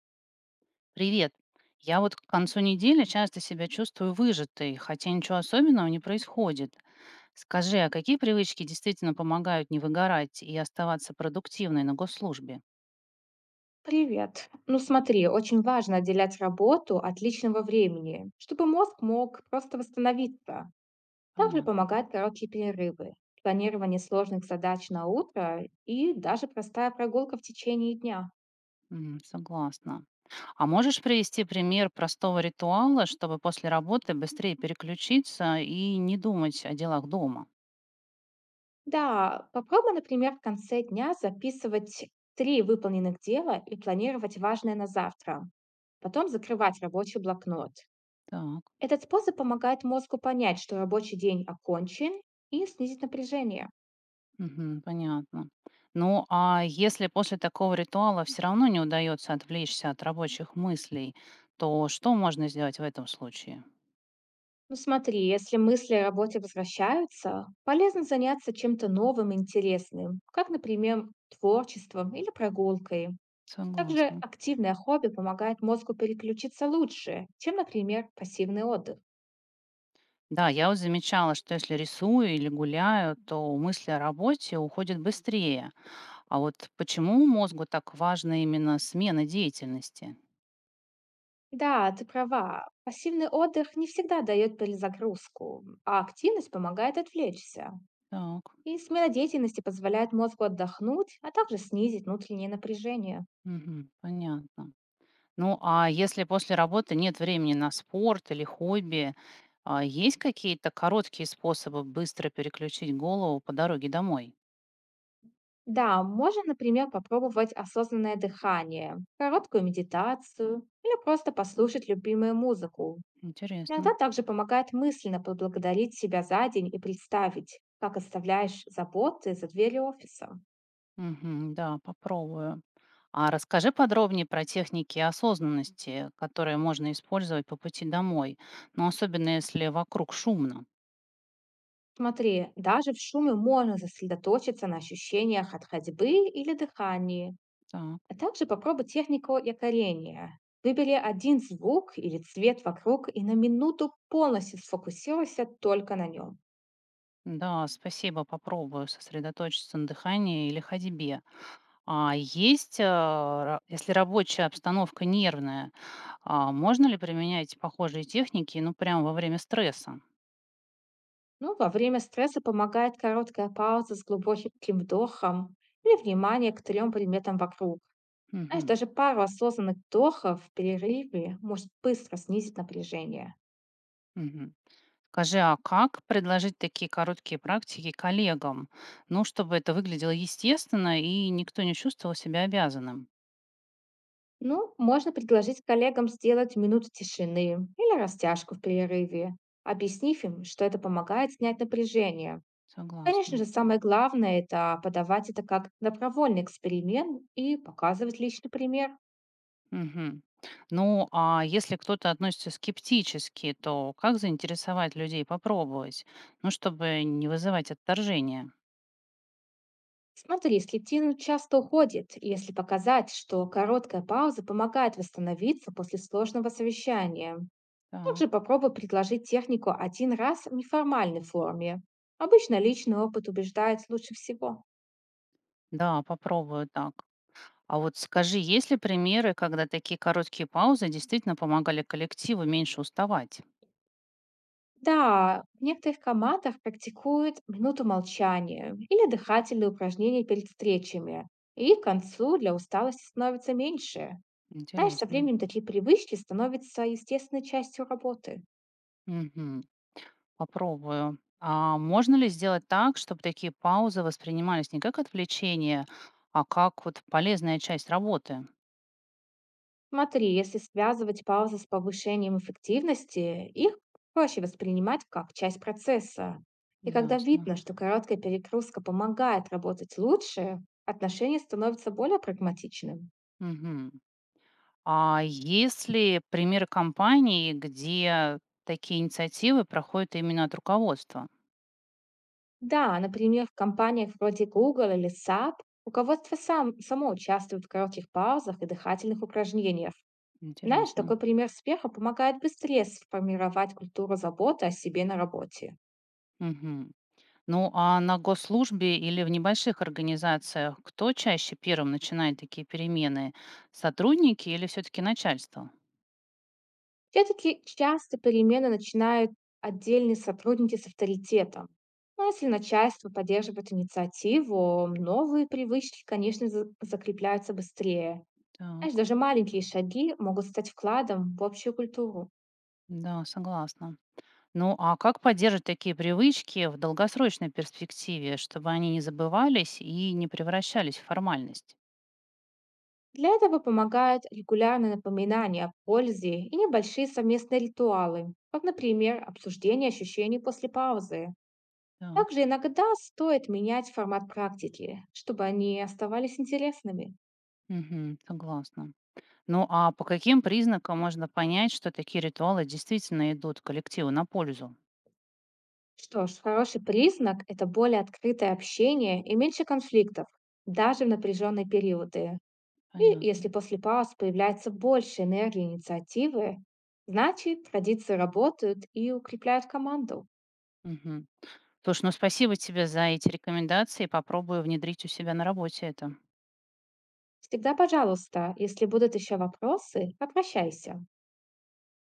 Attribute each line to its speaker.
Speaker 1: Привет. Я вот к концу недели часто себя чувствую выжатой, хотя ничего особенного не происходит. Скажи, а какие привычки действительно помогают не выгорать и оставаться продуктивной на госслужбе?
Speaker 2: Привет. Ну смотри, очень важно отделять работу от личного времени, чтобы мозг мог просто восстановиться. Также
Speaker 1: Понятно.
Speaker 2: помогают короткие перерывы, планирование сложных задач на утро и даже простая прогулка в течение дня.
Speaker 1: М, согласна. А можешь привести пример простого ритуала, чтобы после работы быстрее переключиться и не думать о делах дома?
Speaker 2: Да, попробуй, например, в конце дня записывать три выполненных дела и планировать важное на завтра. Потом закрывать рабочий блокнот.
Speaker 1: Так.
Speaker 2: Этот способ помогает мозгу понять, что рабочий день окончен и снизить напряжение.
Speaker 1: Мгм. Понятно. Ну, а если после такого ритуала все равно не удается отвлечься от рабочих мыслей, то что можно сделать в этом случае?
Speaker 2: Ну смотри, если мысли о работе возвращаются, полезно заняться чем-то новым и интересным, как, например, творчеством или прогулкой. Также
Speaker 1: Согласна.
Speaker 2: активное хобби помогает мозгу переключиться лучше, чем, например, пассивный отдых.
Speaker 1: Да, я вот замечала, что если рисую или гуляю, то мысли о работе уходят быстрее. А вот почему мозгу так важна именно смена деятельности?
Speaker 2: Да, ты права. Пассивный отдых не всегда дает перезагрузку, а активность помогает отвлечься.
Speaker 1: Так,
Speaker 2: И смена деятельности позволяет мозгу отдохнуть, а также снизить внутреннее напряжение.
Speaker 1: мгм, понятно. Ну, а если после работы нет времени на спорт или хобби, есть какие-то короткие способы быстро переключить голову по дороге домой?
Speaker 2: Да, можно, например, попробовать осознанное дыхание, короткую медитацию или просто послушать любимую музыку. Иногда
Speaker 1: Интересно.
Speaker 2: также помогает мысленно поблагодарить себя за день и представить, как оставляешь заботы за дверью офиса.
Speaker 1: Мгм, да, попробую. А расскажи подробнее про техники осознанности, которые можно использовать по пути домой, но особенно если вокруг шумно.
Speaker 2: Смотри, даже в шуме можно сосредоточиться на ощущениях от ходьбы или дыхании.
Speaker 1: Так,
Speaker 2: А также попробуй технику якорения. Выбери один звук или цвет вокруг и на минуту полностью сфокусируйся только на нем.
Speaker 1: да, спасибо, попробую сосредоточиться на дыхании или ходьбе. А есть, э, ра если рабочая обстановка нервная, можно ли применять похожие техники, ну, прямо во время стресса?
Speaker 2: Ну, во время стресса помогает короткая пауза с глубоким вдохом или внимание к трем предметам вокруг. Знаешь,
Speaker 1: Мгм,
Speaker 2: даже пару осознанных вдохов в перерыве может быстро снизить напряжение.
Speaker 1: мгм. Скажи, а как предложить такие короткие практики коллегам? Ну, чтобы это выглядело естественно и никто не чувствовал себя обязанным.
Speaker 2: Ну, можно предложить коллегам сделать минуту тишины или растяжку в перерыве, объяснив им, что это помогает снять напряжение. Конечно
Speaker 1: Согласна.
Speaker 2: же, самое главное– это подавать это как добровольный эксперимент и показывать личный пример.
Speaker 1: Мгм. Ну, а если кто-то относится скептически, то как заинтересовать людей попробовать? Ну, чтобы не вызывать отторжения.
Speaker 2: Смотри, слетину часто уходит, если показать, что короткая пауза помогает восстановиться после сложного совещания. Также попробуй предложить технику один раз в неформальной форме. Обычно личный опыт убеждает лучше всего.
Speaker 1: Да, попробую так. А вот скажи, есть ли примеры, когда такие короткие паузы действительно помогали коллективу меньше уставать?
Speaker 2: Да, в некоторых командах практикуют минуту молчания или дыхательные упражнения перед встречами. И к концу для усталости становится меньше. Знаешь, со
Speaker 1: Интересно.
Speaker 2: временем такие привычки становятся естественной частью работы.
Speaker 1: Мгм. Попробую. А можно ли сделать так, чтобы такие паузы воспринимались не как отвлечение, а как вот полезная часть работы?
Speaker 2: Смотри, если связывать паузы с повышением эффективности, их проще воспринимать как часть процесса. И когда
Speaker 1: Ясно.
Speaker 2: видно, что короткая перегрузка помогает работать лучше, отношение становится более прагматичным.
Speaker 1: Мгм. А есть ли примеры компаний, где такие инициативы проходят именно от руководства?
Speaker 2: Да, например, в компаниях вроде Google или SAP руководство само участвует в коротких паузах и дыхательных упражнениях. Знаешь,
Speaker 1: Интересно.
Speaker 2: такой пример успеха помогает быстрее сформировать культуру заботы о себе на работе.
Speaker 1: Мгм. Ну, а на госслужбе или в небольших организациях кто чаще первым начинает такие перемены? Сотрудники или все-таки начальство?
Speaker 2: Все-таки часто перемены начинают отдельные сотрудники с авторитетом. Но если начальство поддерживает инициативу, новые привычки, конечно, закрепляются быстрее.
Speaker 1: Так,
Speaker 2: Знаешь, даже маленькие шаги могут стать вкладом в общую культуру.
Speaker 1: да, согласна. Ну, а как поддерживать такие привычки в долгосрочной перспективе, чтобы они не забывались и не превращались в формальность?
Speaker 2: Для этого помогают регулярные напоминания о пользе и небольшие совместные ритуалы, как, например, обсуждение ощущений после паузы.
Speaker 1: Так,
Speaker 2: Также иногда стоит менять формат практики, чтобы они оставались интересными.
Speaker 1: мгм, согласна. Ну, а по каким признакам можно понять, что такие ритуалы действительно идут коллективу на пользу?
Speaker 2: Что ж, хороший признак– это более открытое общение и меньше конфликтов, даже в напряженные периоды. И если
Speaker 1: Понятно.
Speaker 2: после пауз появляется больше энергии и инициативы, значит, традиции работают и укрепляют команду.
Speaker 1: Мгм. Слушай, ну спасибо тебе за эти рекомендации. Попробую внедрить у себя на работе это.
Speaker 2: Всегда пожалуйста, если будут еще вопросы, обращайся.